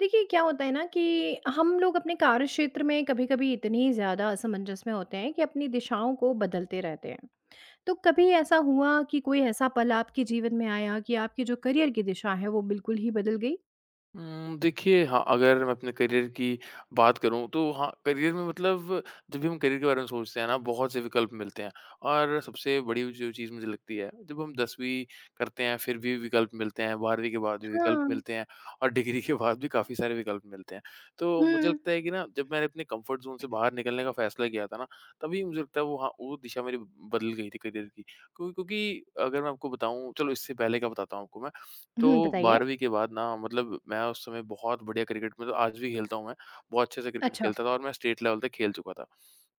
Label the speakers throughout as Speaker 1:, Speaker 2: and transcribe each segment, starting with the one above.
Speaker 1: देखिए, क्या होता है ना कि हम लोग अपने कार्यक्षेत्र में कभी-कभी इतनी ज़्यादा असमंजस में होते हैं कि अपनी दिशाओं को बदलते रहते हैं। तो कभी ऐसा हुआ कि कोई ऐसा पल आपके जीवन में आया कि आपकी जो करियर की दिशा है, वो बिल्कुल ही बदल गई?
Speaker 2: देखिए हाँ, अगर मैं अपने करियर की बात करूँ तो हाँ, करियर में मतलब जब भी हम करियर के बारे में सोचते हैं ना, बहुत से विकल्प मिलते हैं। और सबसे बड़ी जो चीज़ मुझे लगती है, जब हम 10वीं करते हैं फिर भी विकल्प मिलते हैं, 12वीं के बाद भी विकल्प
Speaker 1: हाँ।
Speaker 2: मिलते हैं और डिग्री के बाद भी काफ़ी सारे विकल्प मिलते हैं। तो मुझे
Speaker 1: हुँ।
Speaker 2: लगता है कि ना जब मैंने अपने कम्फर्ट ज़ोन से बाहर निकलने का फ़ैसला किया था ना, तभी मुझे लगता है वो हाँ, वो दिशा मेरी बदल गई थी करियर की। क्योंकि अगर मैं आपको बताऊँ चलो इससे पहले का बताता हूँ आपको मैं। तो
Speaker 1: हुँ, बताइए।
Speaker 2: 12वीं के बाद ना मतलब मैं उस समय बहुत बढ़िया क्रिकेट मतलब आज भी खेलता हूँ मैं, बहुत अच्छे से क्रिकेट
Speaker 1: अच्छा,
Speaker 2: खेलता था और मैं स्टेट लेवल तक खेल चुका था।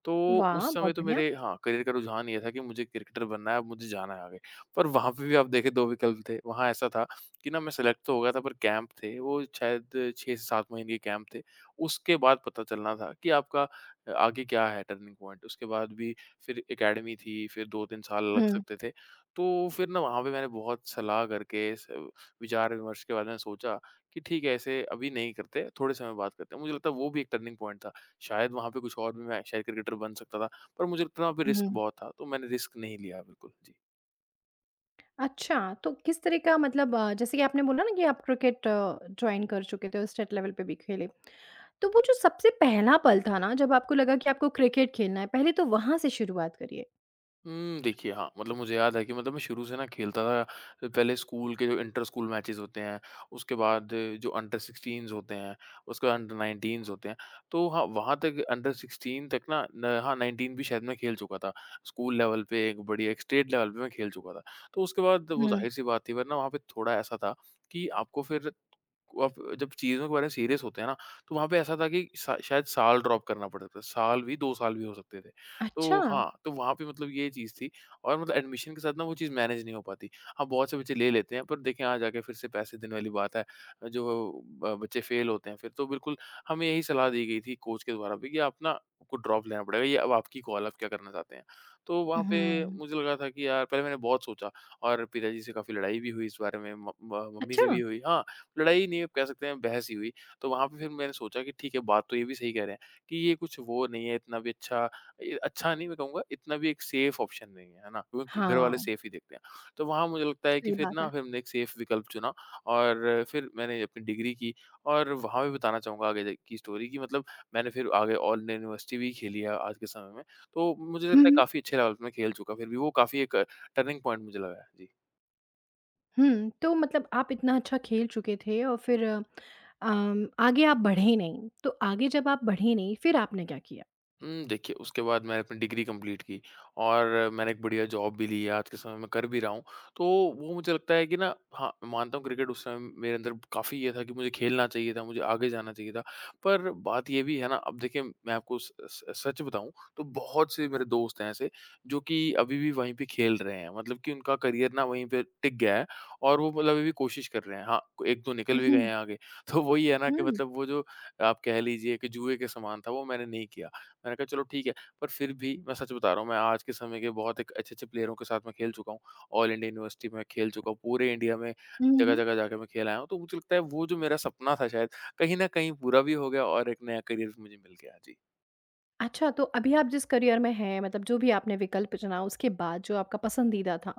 Speaker 2: तो
Speaker 1: वाह!
Speaker 2: उस समय
Speaker 1: बहुत
Speaker 2: तो
Speaker 1: बढ़िया।
Speaker 2: मेरे हाँ, करियर का रुझान ये था कि मुझे क्रिकेटर बनना है, अब मुझे जाना है आगे। पर वहाँ पे भी आप देखें 2 विकल्प थे। वहाँ ऐसा था कि ना मैं सेलेक्ट तो हो गया था पर कैंप थे, वो शायद 6 से 7 महीने के कैंप थे। उसके बाद पता चलना था कि आपका आगे क्या है टर्निंग पॉइंट। उसके बाद भी फिर एकेडमी थी, फिर 2-3 साल लग
Speaker 1: हुँ,
Speaker 2: सकते थे। तो फिर ना वहाँ पे मैंने बहुत सलाह करके स विचार-विमर्श के बाद मैंने सोचा कि ठीक है, ऐसे अभी नहीं करते, थोड़े समय बाद करते हैं। मुझे लगता है वो भी एक टर्निंग पॉइंट था। शायद वहाँ पे कुछ और भी मैं शायद क्रिकेटर बन सकता था, पर मुझे इतना भी
Speaker 1: हुँ।
Speaker 2: रिस्क बहुत था, तो मैंने रिस्क नहीं लिया बिल्कुल। जी।
Speaker 1: अच्छा, तो किस तरह का मतलब जैसे कि आपने बोला ना कि आप क्रिकेट जॉइन कर चुके थे और स्टेट लेवल पे भी खेले। तो वो जो सबसे पहला पल था ना जब आपको लगा कि आपको क्रिकेट खेलना है, पहले तो वहाँ से शुरुआत करिए।
Speaker 2: देखिए हाँ, मतलब मुझे याद है कि मतलब मैं शुरू से ना खेलता था, तो पहले स्कूल के जो इंटर स्कूल मैचेज़ होते हैं, उसके बाद जो अंडर 16s होते हैं, उसके बाद अंडर 19s होते हैं, तो हाँ, वहाँ तक अंडर 16 तक ना न हाँ, 19 भी शायद मैं खेल चुका था। स्कूल लेवल पे एक बढ़िया एक स्टेट लेवल पे मैं खेल चुका था। तो उसके बाद वो
Speaker 1: हुँ,
Speaker 2: ज़ाहिर-सी बात थी वरना वहाँ पे थोड़ा ऐसा था कि आपको फिर आप जब चीज़ों के बारे में सीरियस होते हैं ना, तो वहाँ पे ऐसा था कि सा शायद साल ड्रॉप करना पड़ता था। साल भी 2 साल भी हो सकते थे। तो
Speaker 1: अच्छा।
Speaker 2: हाँ, तो वहाँ पे मतलब ये चीज़ थी और मतलब एडमिशन के साथ ना वो चीज़ मैनेज नहीं हो पाती। हाँ, बहुत से बच्चे ले लेते हैं पर देखें यहाँ जाके फिर से पैसे देने वाली बात है। जो ब बच्चे फेल होते हैं फिर तो बिल्कुल हमें यही सलाह दी गई थी कोच के द्वारा भी कि आप ना आपको ड्रॉप लेना पड़ेगा, ये अब आपकी कॉल है, आप क्या करना चाहते हैं? तो वहाँ पे
Speaker 1: हुँ,
Speaker 2: मुझे लगा था कि यार पहले मैंने बहुत सोचा और पिताजी से काफ़ी लड़ाई भी हुई इस बारे में, म म मम्मी से
Speaker 1: अच्छा!
Speaker 2: भी हुई। हाँ, लड़ाई नहीं, आप कह सकते हैं बहस ही हुई। तो वहाँ पे फिर मैंने सोचा कि ठीक है, बात तो ये भी सही कह रहे हैं कि ये कुछ वो नहीं है, इतना भी अच्छा नहीं मैं कहूँगा, इतना भी एक सेफ ऑप्शन नहीं है, है ना? क्योंकि घर वाले
Speaker 1: हाँ,
Speaker 2: सेफ ही देखते हैं। तो वहाँ मुझे लगता है कि
Speaker 1: सही
Speaker 2: फिर
Speaker 1: बात
Speaker 2: ना
Speaker 1: है।
Speaker 2: फिर हमने एक सेफ विकल्प चुना और फिर मैंने अपनी डिग्री की और वहाँ भी बताना चाहूँगा आगे जा की स्टोरी कि मतलब मैंने फिर आगे ऑल इंडिया यूनिवर्सिटी भी खेली है आज के समय में। तो मुझे
Speaker 1: हुँ,
Speaker 2: लगता है
Speaker 1: हुँ।
Speaker 2: काफ़ी अच्छे लेवल पे मैं खेल चुका फिर भी वो काफ़ी एक टर्निंग पॉइंट मुझे लगा है। जी।
Speaker 1: हुँ, तो मतलब आप इतना अच्छा खेल चुके थे और फिर आगे आप बढ़े ही नहीं, तो आगे जब आप बढ़े ही नहीं, फिर आपने क्या किया?
Speaker 2: देखिए उसके बाद मैंने अपनी डिग्री कंप्लीट की और मैंने एक बढ़िया जॉब भी ली है, आज के समय में कर भी रहा हूँ। तो वो मुझे लगता है कि ना हाँ, मैं मानता हूँ क्रिकेट उस समय मेरे अंदर काफ़ी ये था कि मुझे खेलना चाहिए था, मुझे आगे जाना चाहिए था। पर बात ये भी है ना अब देखिए मैं आपको स स सच बताऊँ तो बहुत से मेरे दोस्त हैं ऐसे जो कि अभी भी वहीं पे खेल रहे हैं। मतलब कि उनका करियर ना वहीं पे टिक गया है और वो मतलब अभी भी कोशिश कर रहे हैं। हाँ, 1-2 निकल
Speaker 1: हुँ,
Speaker 2: भी गए
Speaker 1: हुँ,
Speaker 2: हैं आगे। तो वही है ना कि
Speaker 1: हुँ,
Speaker 2: मतलब वो जो आप कह लीजिए कि जुए के समान था वो मैंने नहीं किया। मैंने कहा चलो ठीक है, पर फिर भी मैं सच बता रहा हूँ मैं आज के समय के बहुत एक अच्छे-अच्छे प्लेयरों के साथ मैं खेल चुका हूँ। ऑल इंडिया यूनिवर्सिटी में खेल चुका हूँ, पूरे इंडिया में
Speaker 1: हुँ, हुँ।
Speaker 2: जगह-जगह जाके मैं खेल आया हूँ, तो मुझे लगता है वो जो मेरा सपना था शायद, कहीं न कहीं पूरा भी हो गया और एक नया करियर भी मुझे मिल गया। जी।
Speaker 1: अच्छा, तो अभी आप जिस करियर में हैं मतलब जो भी आपने विकल्प चुना उसके बाद जो आपका पसंदीदा था,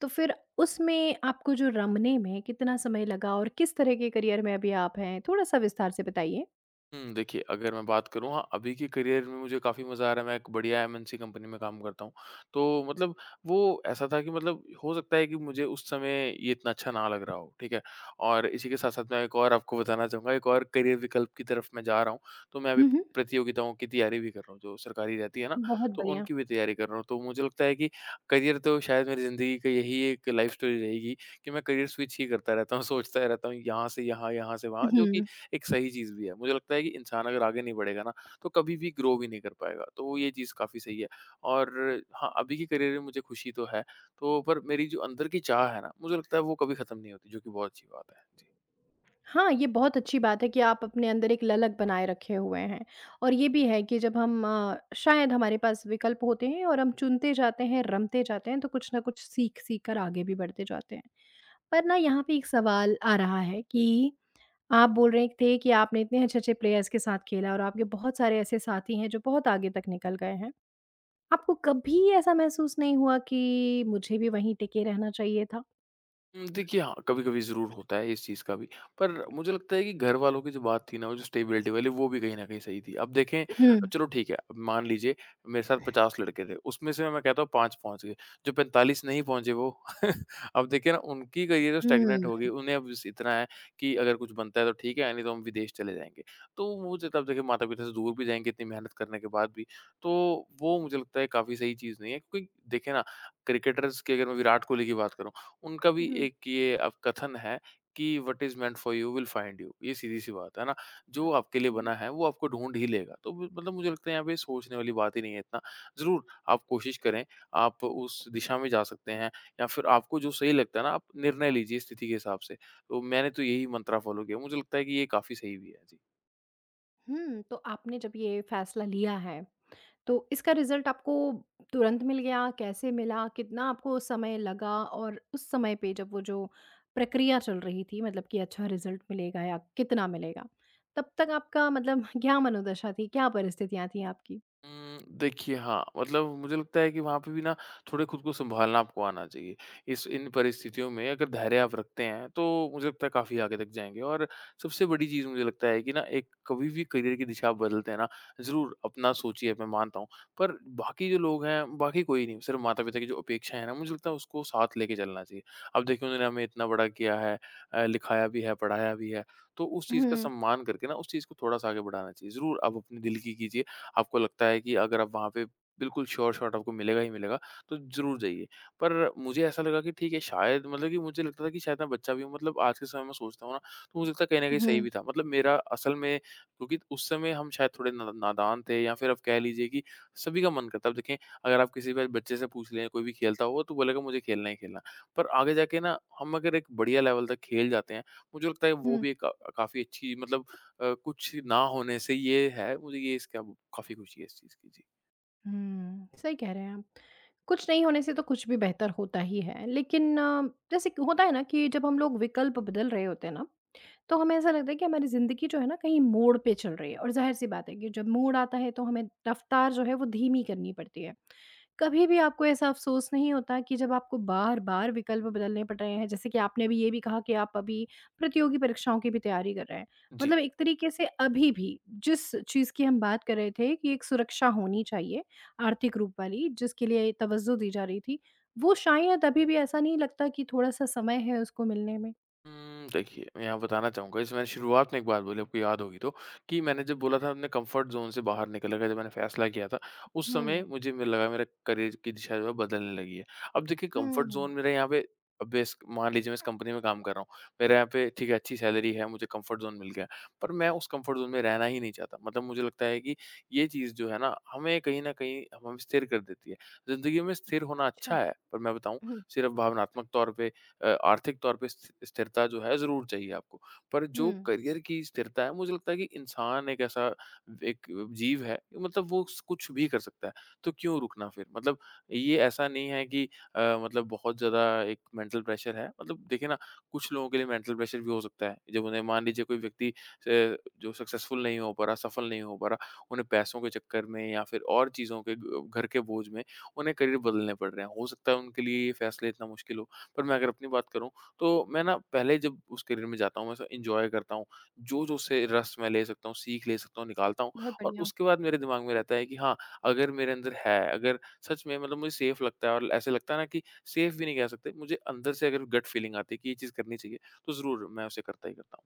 Speaker 1: तो फिर उसमें आपको जो रमने में कितना समय लगा और किस तरह के करियर में अभी आप हैं? थोड़ा-सा विस्तार से बताइए।
Speaker 2: हुँ, देखिए अगर मैं बात करूँ हाँ, अभी के करियर में मुझे काफ़ी मज़ा आ रहा है, मैं एक बढ़िया एमएनसी कंपनी में काम करता हूँ। तो मतलब वो ऐसा था कि मतलब हो सकता है कि मुझे उस समय ये इतना अच्छा ना लग रहा हो, ठीक है? और इसी के साथ-साथ मैं एक और आपको बताना चाहूँगा, एक और करियर विकल्प की तरफ मैं जा रहा हूँ। तो मैं अभी
Speaker 1: हुँ, हुँ।
Speaker 2: प्रतियोगिताओं की तैयारी भी कर रहा हूँ, जो सरकारी रहती है ना,
Speaker 1: बहुत
Speaker 2: तो
Speaker 1: बढ़िया।
Speaker 2: उनकी भी तैयारी कर रहा हूँ। तो मुझे लगता है कि करियर तो शायद मेरी ज़िंदगी का यही एक लाइफ़ स्टोरी रहेगी कि मैं करियर स्विच ही करता रहता हूँ, सोचता रहता हूँ यहाँ से यहाँ, यहाँ से वहाँ, जो कि
Speaker 1: हुँ।
Speaker 2: एक सही चीज़ भी है। मुझे लगता है कि इंसान अगर आगे नहीं बढ़ेगा ना, तो कभी भी ग्रो भी नहीं कर पाएगा। तो ये चीज़ काफ़ी सही है और हाँ, अभी के करियर में मुझे खुशी तो है, तो पर मेरी जो अंदर की चाह है ना, मुझे लगता है वो कभी खत्म नहीं होती, जो कि बहुत अच्छी बात है। जी।
Speaker 1: हाँ, ये बहुत अच्छी बात है कि आप अपने अंदर एक ललक बनाए रखे हुए हैं और ये भी है कि जब हम शायद हमारे पास विकल्प होते हैं और हम चुनते जाते हैं, रमते जाते हैं, तो कुछ न कुछ सीख-सीख कर आगे भी बढ़ते जाते हैं। पर ना यहाँ पे एक सवाल आ रहा है कि आप बोल रहे थे कि आपने इतने अच्छे-अच्छे प्लेयर्स के साथ खेला और आपके बहुत सारे ऐसे साथी हैं जो बहुत आगे तक निकल गए हैं। आपको कभी ऐसा महसूस नहीं हुआ कि मुझे भी वहीं टिके रहना चाहिए था?
Speaker 2: देखिए हाँ, कभी-कभी ज़रूर होता है इस चीज़ का भी। पर मुझे लगता है कि घर वालों की जो बात थी ना, वो जो स्टेबिलिटी वाली वो भी कहीं न कहीं सही थी। अब देखें अब
Speaker 1: हुँ।
Speaker 2: चलो ठीक है, अब मान लीजिए मेरे साथ 50 लड़के थे, उसमें से मैं कहता हूँ 5 पहुँच गए, जो 45 नहीं पहुँचे वो अब देखिए ना उनकी करियर स्टैग्नेंट
Speaker 1: हुँ।
Speaker 2: हो गई, उन्हें अब बस इतना है कि अगर कुछ बनता है तो ठीक है, नहीं तो हम विदेश चले जाएँगे। तो मुझे तब देखिए माता-पिता से दूर भी जाएँगे इतनी मेहनत करने के बाद भी, तो वो मुझे लगता है काफ़ी सही चीज़ नहीं है। क्योंकि देखिए ना क्रिकेटर्स की अगर मैं विराट कोहली की बात करूँ, उनका भी
Speaker 1: हुँ।
Speaker 2: एक ये अब कथन है कि what is meant for you will find you. ये सीधी-सी बात है ना, जो आपके लिए बना है वो आपको ढूँढ ही लेगा। तो म मतलब मुझे लगता है यहाँ पे सोचने वाली बात ही नहीं है इतना। ज़रूर आप कोशिश करें, आप उस दिशा में जा सकते हैं या फिर आपको जो सही लगता है ना आप निर्णय लीजिए स्थिति के हिसाब से। तो मैंने तो यही मंत्रा फ़ॉलो किया। मुझे लगता है कि ये काफ़ी सही भी है। जी।
Speaker 1: हुँ, तो आपने जब ये फैसला लिया है तो इसका रिज़ल्ट आपको तुरंत मिल गया? कैसे मिला? कितना आपको समय लगा? और उस समय पे जब वो जो प्रक्रिया चल रही थी मतलब कि अच्छा रिज़ल्ट मिलेगा या कितना मिलेगा? तब तक आपका मतलब क्या मनोदशा थी? क्या परिस्थितियाँ थी आपकी?
Speaker 2: देखिए हाँ, मतलब मुझे लगता है कि वहाँ पे भी ना थोड़े खुद को सँभालना आपको आना चाहिए। इस इन परिस्थितियों में अगर धैर्य आप रखते हैं, तो मुझे लगता है काफ़ी आगे तक जाएँगे और सबसे बड़ी चीज़ मुझे लगता है कि ना एक कभी भी करियर की दिशा आप बदलते हैं ना, ज़रूर अपना सोचिए, मैं मानता हूँ। पर बाकी जो लोग हैं, बाकी कोई नहीं, सिर्फ़ माता-पिता की जो अपेक्षाएँ हैं ना, मुझे लगता है उसको साथ लेके चलना चाहिए। अब देखिए उन्होंने हमें इतना बड़ा किया है लिखाया भी है, पढ़ाया भी है, तो उस चीज़ का
Speaker 1: हुँ,
Speaker 2: सम्मान करके ना, उस चीज़ को थोड़ा-सा आगे बढ़ाना चाहिए। ज़रूर आप अपने दिल की कीजिए। आपको लगता है कि अगर आप वहाँ पे बिल्कुल श्योर शॉट आपको मिलेगा ही मिलेगा, तो ज़रूर जाइए। पर मुझे ऐसा लगा कि ठीक है शायद मतलब कि मुझे लगता था कि शायद मैं बच्चा भी हूँ मतलब आज के समय में सोचता हूँ ना, तो मुझे लगता है कहीं न कहीं
Speaker 1: हुँ,
Speaker 2: सही भी था। मतलब मेरा असल में क्योंकि उस समय हम शायद थोड़े ना नादान थे या फिर आप कह लीजिए कि सभी का मन करता है। अब देखें अगर आप किसी भी बच्चे से पूछ लें, कोई भी खेलता होगा तो बोलेगा मुझे खेलना ही खेलना। पर आगे जाके ना हम अगर एक बढ़िया लेवल तक खेल जाते हैं, मुझे लगता है वो
Speaker 1: हुँ।
Speaker 2: भी एक का काफ़ी अच्छी मतलब कुछ ना होने से ये है, मुझे ये इसका काफ़ी खुशी है इस चीज़ की। जी।
Speaker 1: हुँ, सही कह रहे हैं आप। कुछ नहीं होने से तो कुछ भी बेहतर होता ही है। लेकिन जैसे कि होता है ना कि जब हम लोग विकल्प बदल रहे होते हैं ना, तो हमें ऐसा लगता है कि हमारी ज़िंदगी जो है ना कहीं मोड़ पे चल रही है और ज़ाहिर-सी बात है कि जब मोड़ आता है तो हमें रफ़्तार जो है वो धीमी करनी पड़ती है। कभी भी आपको ऐसा अफ़सोस नहीं होता कि जब आपको बार-बार विकल्प बदलने पड़ रहे हैं, जैसे कि आपने अभी ये भी कहा कि आप अभी प्रतियोगी परीक्षाओं की भी तैयारी कर रहे हैं।
Speaker 2: जी।
Speaker 1: मतलब एक तरीके से अभी भी जिस चीज़ की हम बात कर रहे थे कि एक सुरक्षा होनी चाहिए आर्थिक रूप वाली, जिसके लिए तवज्जो दी जा रही थी, वो शायद अभी भी ऐसा नहीं लगता कि थोड़ा-सा समय है उसको मिलने में।
Speaker 2: हुँ, देखिए, मैं यहाँ बताना चाहूँगा जैसे मैंने शुरुआत में एक बात बोली आपको याद होगी तो, कि मैंने जब बोला था अपने कम्फ़र्ट ज़ोन से बाहर निकलने का जब मैंने फ़ैसला किया था, उस समय
Speaker 1: हुँ।
Speaker 2: मुझे मे लगा मेरा करियर की दिशा जो है बदलने लगी है। अब देखिए कम्फ़र्ट
Speaker 1: हुँ।
Speaker 2: ज़ोन मेरा यहाँ पे अब इस मान लीजिए मैं इस कंपनी में काम कर रहा हूँ। मेरे यहाँ पे ठीक है अच्छी सैलरी है, मुझे कम्फ़र्ट ज़ोन मिल गया है, पर मैं उस कम्फ़र्ट ज़ोन में रहना ही नहीं चाहता। मतलब मुझे लगता है कि ये चीज़ जो है ना, हमें कहीं न कहीं हमें स्थिर कर देती है। ज़िंदगी में स्थिर होना
Speaker 1: अच्छा।
Speaker 2: अच्छा है, पर मैं बताऊँ
Speaker 1: हुँ,
Speaker 2: सिर्फ़ भावनात्मक तौर पे आर्थिक तौर पे स्थिरता जो है ज़रूर चाहिए आपको। पर
Speaker 1: हुँ।
Speaker 2: जो करियर की स्थिरता है मुझे लगता है कि इंसान एक ऐसा एक जीव है मतलब वो स कुछ भी कर सकता है, तो क्यों रुकना फिर? मतलब ये ऐसा नहीं है कि मतलब बहुत ज़्यादा एक मेंटल प्रेशर है मतलब देखिए ना कुछ लोगों के लिए मेंटल प्रेशर भी हो सकता है। जब उन्हें मान लीजिए कोई व्यक्ति जो सक्सेसफुल नहीं हो पा रहा, सफल नहीं हो पा रहा, उन्हें पैसों के चक्कर में या फिर और चीज़ों के ग घर के बोझ में उन्हें करियर बदलने पड़ रहे हैं। हो सकता है उनके लिए ये फैसले इतना मुश्किल हो पर मैं अगर अपनी बात करूँ तो मैं ना पहले जब उस करियर में जाता हूँ मैं उसे एन्जॉय करता हूँ। जो-जो उससे रस मैं ले सकता हूँ, सीख ले सकता हूँ, निकालता हूँ
Speaker 1: बहुत
Speaker 2: और
Speaker 1: बढ़िया।
Speaker 2: उसके बाद मेरे दिमाग में रहता है कि हाँ, अगर मेरे अंदर है, अगर सच में मतलब मुझे सेफ लगता है और ऐसे लगता है ना कि सेफ भी नहीं कह सकते, मुझे अंदर से अगर गट फीलिंग आती है कि ये चीज़ करनी चाहिए, तो ज़रूर मैं उसे करता ही करता हूँ।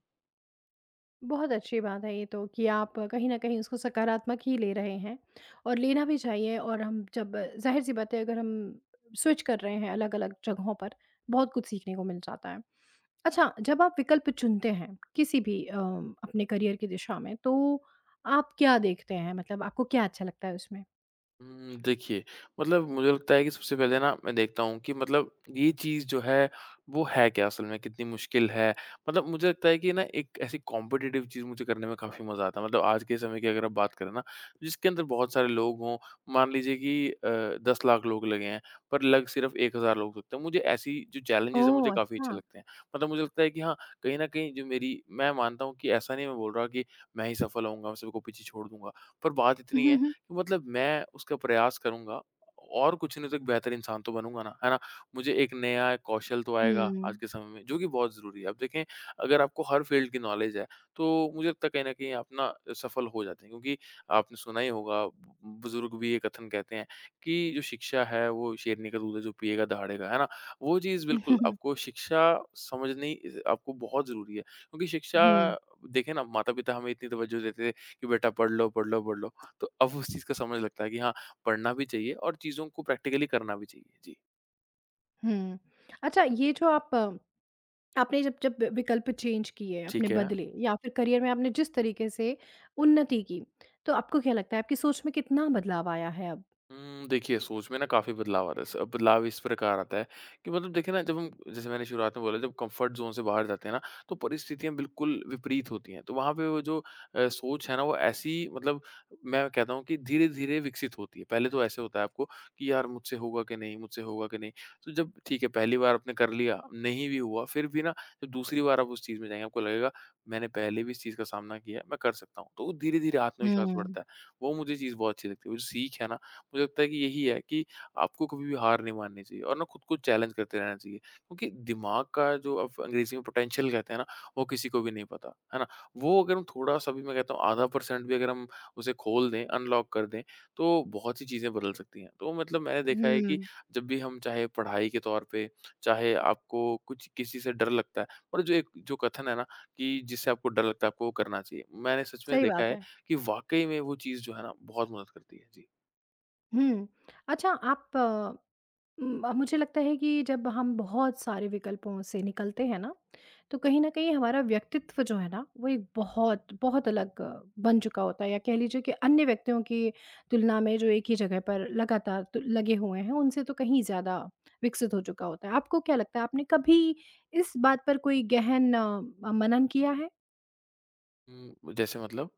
Speaker 1: बहुत अच्छी बात है ये तो कि आप कहीं न कहीं उसको सकारात्मक ही ले रहे हैं और लेना भी चाहिए और हम जब ज़ाहिर-सी बात है अगर हम स्विच कर रहे हैं अलग-अलग जगहों पर, बहुत कुछ सीखने को मिल जाता है। अच्छा, जब आप विकल्प चुनते हैं, किसी भी अपने करियर की दिशा में, तो आप क्या देखते हैं? मतलब आपको क्या अच्छा लगता है उसमें?
Speaker 2: हुँ, देखिए, मतलब मुझे लगता है कि सबसे पहले ना मैं देखता हूँ कि मतलब ये चीज़ जो है, वो है क्या असल में? कितनी मुश्किल है? मतलब मुझे लगता है कि ना एक ऐसी कॉम्पिटिटिव चीज़ मुझे करने में काफ़ी मज़ा आता है। मतलब आज के समय की अगर आप बात करें ना, जिसके अंदर बहुत सारे लोग हों, मान लीजिए कि 10 लाख लोग लगे हैं, पर लग सिर्फ़ 1,000 लोग सकते हैं। मुझे ऐसी जो चैलेंजेज़ हैं, मुझे
Speaker 1: ओह!
Speaker 2: काफ़ी अच्छे
Speaker 1: अच्छा।
Speaker 2: लगते हैं। मतलब मुझे लगता है कि हाँ, कहीं न कहीं जो मेरी मैं मानता हूँ कि ऐसा नहीं मैं बोल रहा कि मैं ही सफल होऊँगा, मैं सबको पीछे छोड़ दूँगा। पर बात इतनी
Speaker 1: हुँ,
Speaker 2: है
Speaker 1: हुँ,
Speaker 2: मतलब मैं उसका प्रयास करूँगा और कुछ नहीं तो एक बेहतर इंसान तो बनूँगा ना, है ना? मुझे एक नया एक कौशल तो आएगा
Speaker 1: हुँ।
Speaker 2: आज के समय में, जो कि बहुत ज़रूरी है। अब देखें, अगर आपको हर फ़ील्ड की नॉलेज है, तो मुझे लगता है कहीं न कहीं आप ना सफल हो जाते हैं क्योंकि आपने सुना ही होगा, बुज़ुर्ग भी ये कथन कहते हैं कि जो शिक्षा है, वो शेरनी का दूध है जो पिएगा दहाड़ेगा, है ना? वो चीज़ बिल्कुल आपको शिक्षा समझनी आपको बहुत ज़रूरी है क्योंकि शिक्षा
Speaker 1: हुँ,
Speaker 2: देखें ना माता-पिता हमें इतनी तवज्जो देते थे कि बेटा पढ़ लो, पढ़ लो, पढ़ लो। तो अब उस चीज़ का समझ लगता है कि हाँ, पढ़ना भी चाहिए और चीज़ों को प्रैक्टिकली करना भी चाहिए। जी,
Speaker 1: हुँ। अच्छा, ये जो आप आपने जब जब विकल्प चेंज किए, आपने
Speaker 2: ठीक है।
Speaker 1: बदले या फिर करियर में आपने जिस तरीके से उन्नति की, तो आपको क्या लगता है आपकी सोच में कितना बदलाव आया है अब?
Speaker 2: हुँ, देखिए सोच में ना काफ़ी बदलाव आ रहा है। स बदलाव इस प्रकार आता है कि मतलब देखिए ना जब हम जैसे मैंने शुरुआत में बोला जब कम्फ़र्ट ज़ोन से बाहर जाते हैं ना, तो परिस्थितियाँ बिल्कुल विपरीत होती हैं। तो वहाँ पे वो जो सोच है ना वो ऐसी मतलब मैं कहता हूँ कि धीरे-धीरे विकसित होती है। पहले तो ऐसे होता है आपको कि यार मुझसे होगा कि नहीं, मुझसे होगा कि नहीं। तो जब ठीक है पहली बार आपने कर लिया, नहीं भी हुआ फिर भी ना जब दूसरी बार आप उस चीज़ में जाएँगे आपको लगेगा मैंने पहले भी इस चीज़ का सामना किया है, मैं कर सकता हूँ। तो धीरे-धीरे आत्मविश्वास
Speaker 1: हुँ,
Speaker 2: बढ़ता है। वो मुझे चीज़ बहुत अच्छी लगती है। वो जो सीख है ना मुझे लगता है कि यही है कि आपको कभी भी हार नहीं माननी चाहिए और ना खुद को चैलेंज करते रहना चाहिए क्योंकि दिमाग का जो अब अंग्रेजी में पोटेंशियल कहते हैं ना वो किसी को भी नहीं पता है ना वो अगर हम थोड़ा सा भी मैं कहता हूँ 0.5% भी अगर हम उसे खोल दें अनलॉक कर दें तो बहुत सी चीज़ें बदल सकती हैं तो मतलब मैंने देखा है कि
Speaker 1: हुँ।
Speaker 2: जब भी हम चाहे पढ़ाई के तौर पे चाहे आपको कुछ किसी से डर लगता है पर जो एक जो कथन है ना कि जिससे आपको डर लगता है आपको वो करना चाहिए मैंने सच में
Speaker 1: सही
Speaker 2: देखा
Speaker 1: बात
Speaker 2: है
Speaker 1: है।
Speaker 2: कि वाकई में वो चीज़ जो है ना बहुत मदद करती है जी।
Speaker 1: हुँ। अच्छा आप मुझे लगता है कि जब हम बहुत सारे विकल्पों से निकलते हैं ना, तो कहीं न कहीं हमारा व्यक्तित्व जो है ना, वो एक बहुत, बहुत अलग बन चुका होता है या कह लीजिए कि अन्य व्यक्तियों की तुलना में जो एक ही जगह पर लगातार तु लगे हुए हैं, उनसे तो कहीं ज़्यादा विकसित हो चुका होता है। आपको क्या लगता है, आपने कभी इस बात पर कोई गहन मनन किया है?
Speaker 2: हुँ, जैसे मतलब?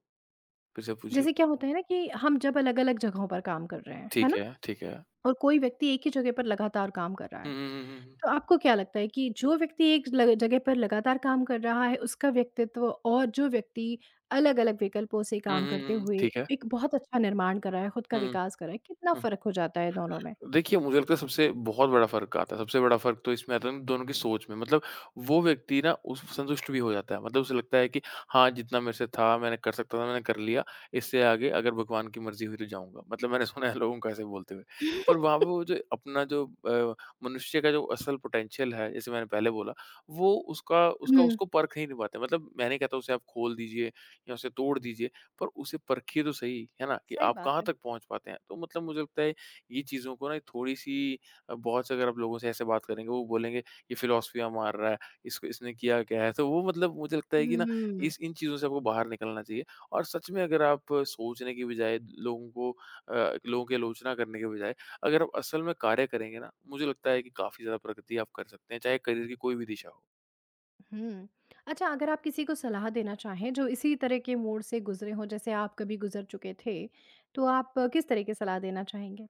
Speaker 2: फिर से पूछिए।
Speaker 1: जैसे क्या होता है ना कि हम जब अलग-अलग जगहों पर काम कर रहे हैं, है
Speaker 2: ठीक
Speaker 1: ना?
Speaker 2: है, ठीक है।
Speaker 1: और कोई व्यक्ति एक ही जगह पर लगातार काम कर रहा है।
Speaker 2: हुँ, हुँ, हुँ, हुँ, हुँ।
Speaker 1: तो आपको क्या लगता है कि जो व्यक्ति एक लग जगह पर लगातार काम कर रहा है, उसका व्यक्तित्व और जो व्यक्ति अलग-अलग विकल्पों से
Speaker 2: हुँ,
Speaker 1: काम
Speaker 2: हुँ,
Speaker 1: करते
Speaker 2: हुँ,
Speaker 1: हुए
Speaker 2: ठीक है।
Speaker 1: एक बहुत अच्छा निर्माण कर रहा है, खुद का
Speaker 2: हुँ,
Speaker 1: विकास कर रहा है, कितना
Speaker 2: हुँ, हुँ।
Speaker 1: फ़र्क हो जाता है दोनों में?
Speaker 2: देखिए, मुझे लगता है सबसे बहुत बड़ा फ़र्क आता है, सबसे बड़ा फ़र्क तो इसमें आता है ना दोनों की सोच में। मतलब वो व्यक्ति ना उस संतुष्ट भी हो जाता है, मतलब उसे लगता है कि हाँ, जितना मेरे से था, मैंने कर सकता था, मैंने कर लिया। इससे आगे अगर भगवान की मर्ज़ी हुई तो जाऊँगा। मतलब मैंने सुना है लोगों को ऐसे बोलते हुए। पर वहाँ पे वो जो अपना जो मनुष्य का जो असल पोटेंशियल है, जैसे मैंने पहले बोला, वो उसका उसका
Speaker 1: हुँ।
Speaker 2: उसको परख ही नहीं पाते। मतलब मैं नहीं कहता उसे आप खोल दीजिए या उसे तोड़ दीजिए, पर उसे परखिए तो सही, है ना? कि
Speaker 1: सही
Speaker 2: आप
Speaker 1: बात
Speaker 2: कहाँ
Speaker 1: है।
Speaker 2: तक पहुँच पाते हैं। तो मतलब मुझे लगता है ये चीज़ों को ना थोड़ी-सी बहुत से अगर आप लोगों से ऐसे बात करेंगे, वो बोलेंगे ये फिलॉसफियाँ मार रहा है, इसको इसने किया क्या है? तो वो मतलब मुझे लगता है कि
Speaker 1: हुँ,
Speaker 2: ना
Speaker 1: हुँ,
Speaker 2: इस इन चीज़ों से आपको बाहर निकलना चाहिए और सच में अगर आप सोचने की बजाय लोगों को लोगों की आलोचना करने के बजाय अगर आप असल में कार्य करेंगे ना, मुझे लगता है कि काफ़ी ज़्यादा प्रगति आप कर सकते हैं, चाहे करियर की कोई भी दिशा हो।
Speaker 1: हुँ। अच्छा अगर आप किसी को सलाह देना चाहें जो इसी तरह के मोड़ से गुज़रे हों, जैसे आप कभी गुज़र चुके थे, तो आप किस तरह की सलाह देना चाहेंगे?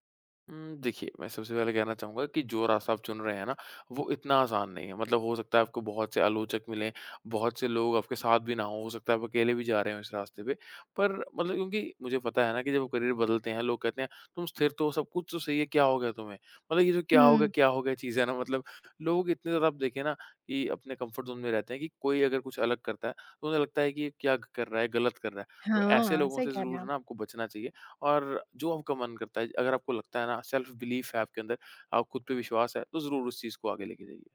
Speaker 2: देखिए, मैं सबसे पहले कहना चाहूँगा कि जो रास्ता आप चुन रहे हैं ना, वो इतना आसान नहीं है। मतलब हो सकता है आपको बहुत से आलोचक मिलें, बहुत से लोग आपके साथ भी ना हों, हो सकता है आप अकेले भी जा रहे हो इस रास्ते पे। पर मतलब क्योंकि मुझे पता है ना कि जब करियर बदलते हैं, लोग कहते हैं, "तुम स्थिर तो हो, सब कुछ तो सही है, क्या हो गया तुम्हें?" मतलब ये जो
Speaker 1: हुँ।
Speaker 2: क्या हो गया" चीज़ है ना, मतलब लोग इतने ज़्यादा आप देखें ना कि अपने कम्फर्ट ज़ोन में रहते हैं कि कोई अगर कुछ अलग करता है, तो उन्हें लगता है कि ये क्या कर रहा है, गलत कर रहा है। तो ऐसे
Speaker 1: हाँ,
Speaker 2: लोगों
Speaker 1: सही
Speaker 2: से
Speaker 1: कह रहे हैं
Speaker 2: ज़रूर
Speaker 1: आप।
Speaker 2: ना आपको बचना चाहिए। और जो आपका मन करता है, अगर आपको लगता है ना सेल्फ बिलीफ है आपके अंदर, आप खुद पे विश्वास है, तो ज़रूर उस चीज़ को आगे लेके जाइए।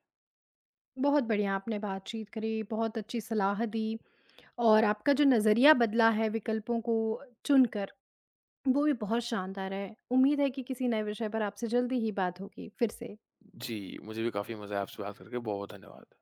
Speaker 1: बहुत बढ़िया आपने बातचीत करी, बहुत अच्छी सलाह दी और आपका जो नज़रिया बदला है विकल्पों को चुनकर, वो भी बहुत शानदार है। उम्मीद है कि किसी नए विषय पर आपसे जल्दी ही बात होगी, फिर से।
Speaker 2: जी, मुझे भी काफ़ी मज़ा आया आपसे बात करके, बहुत धन्यवाद।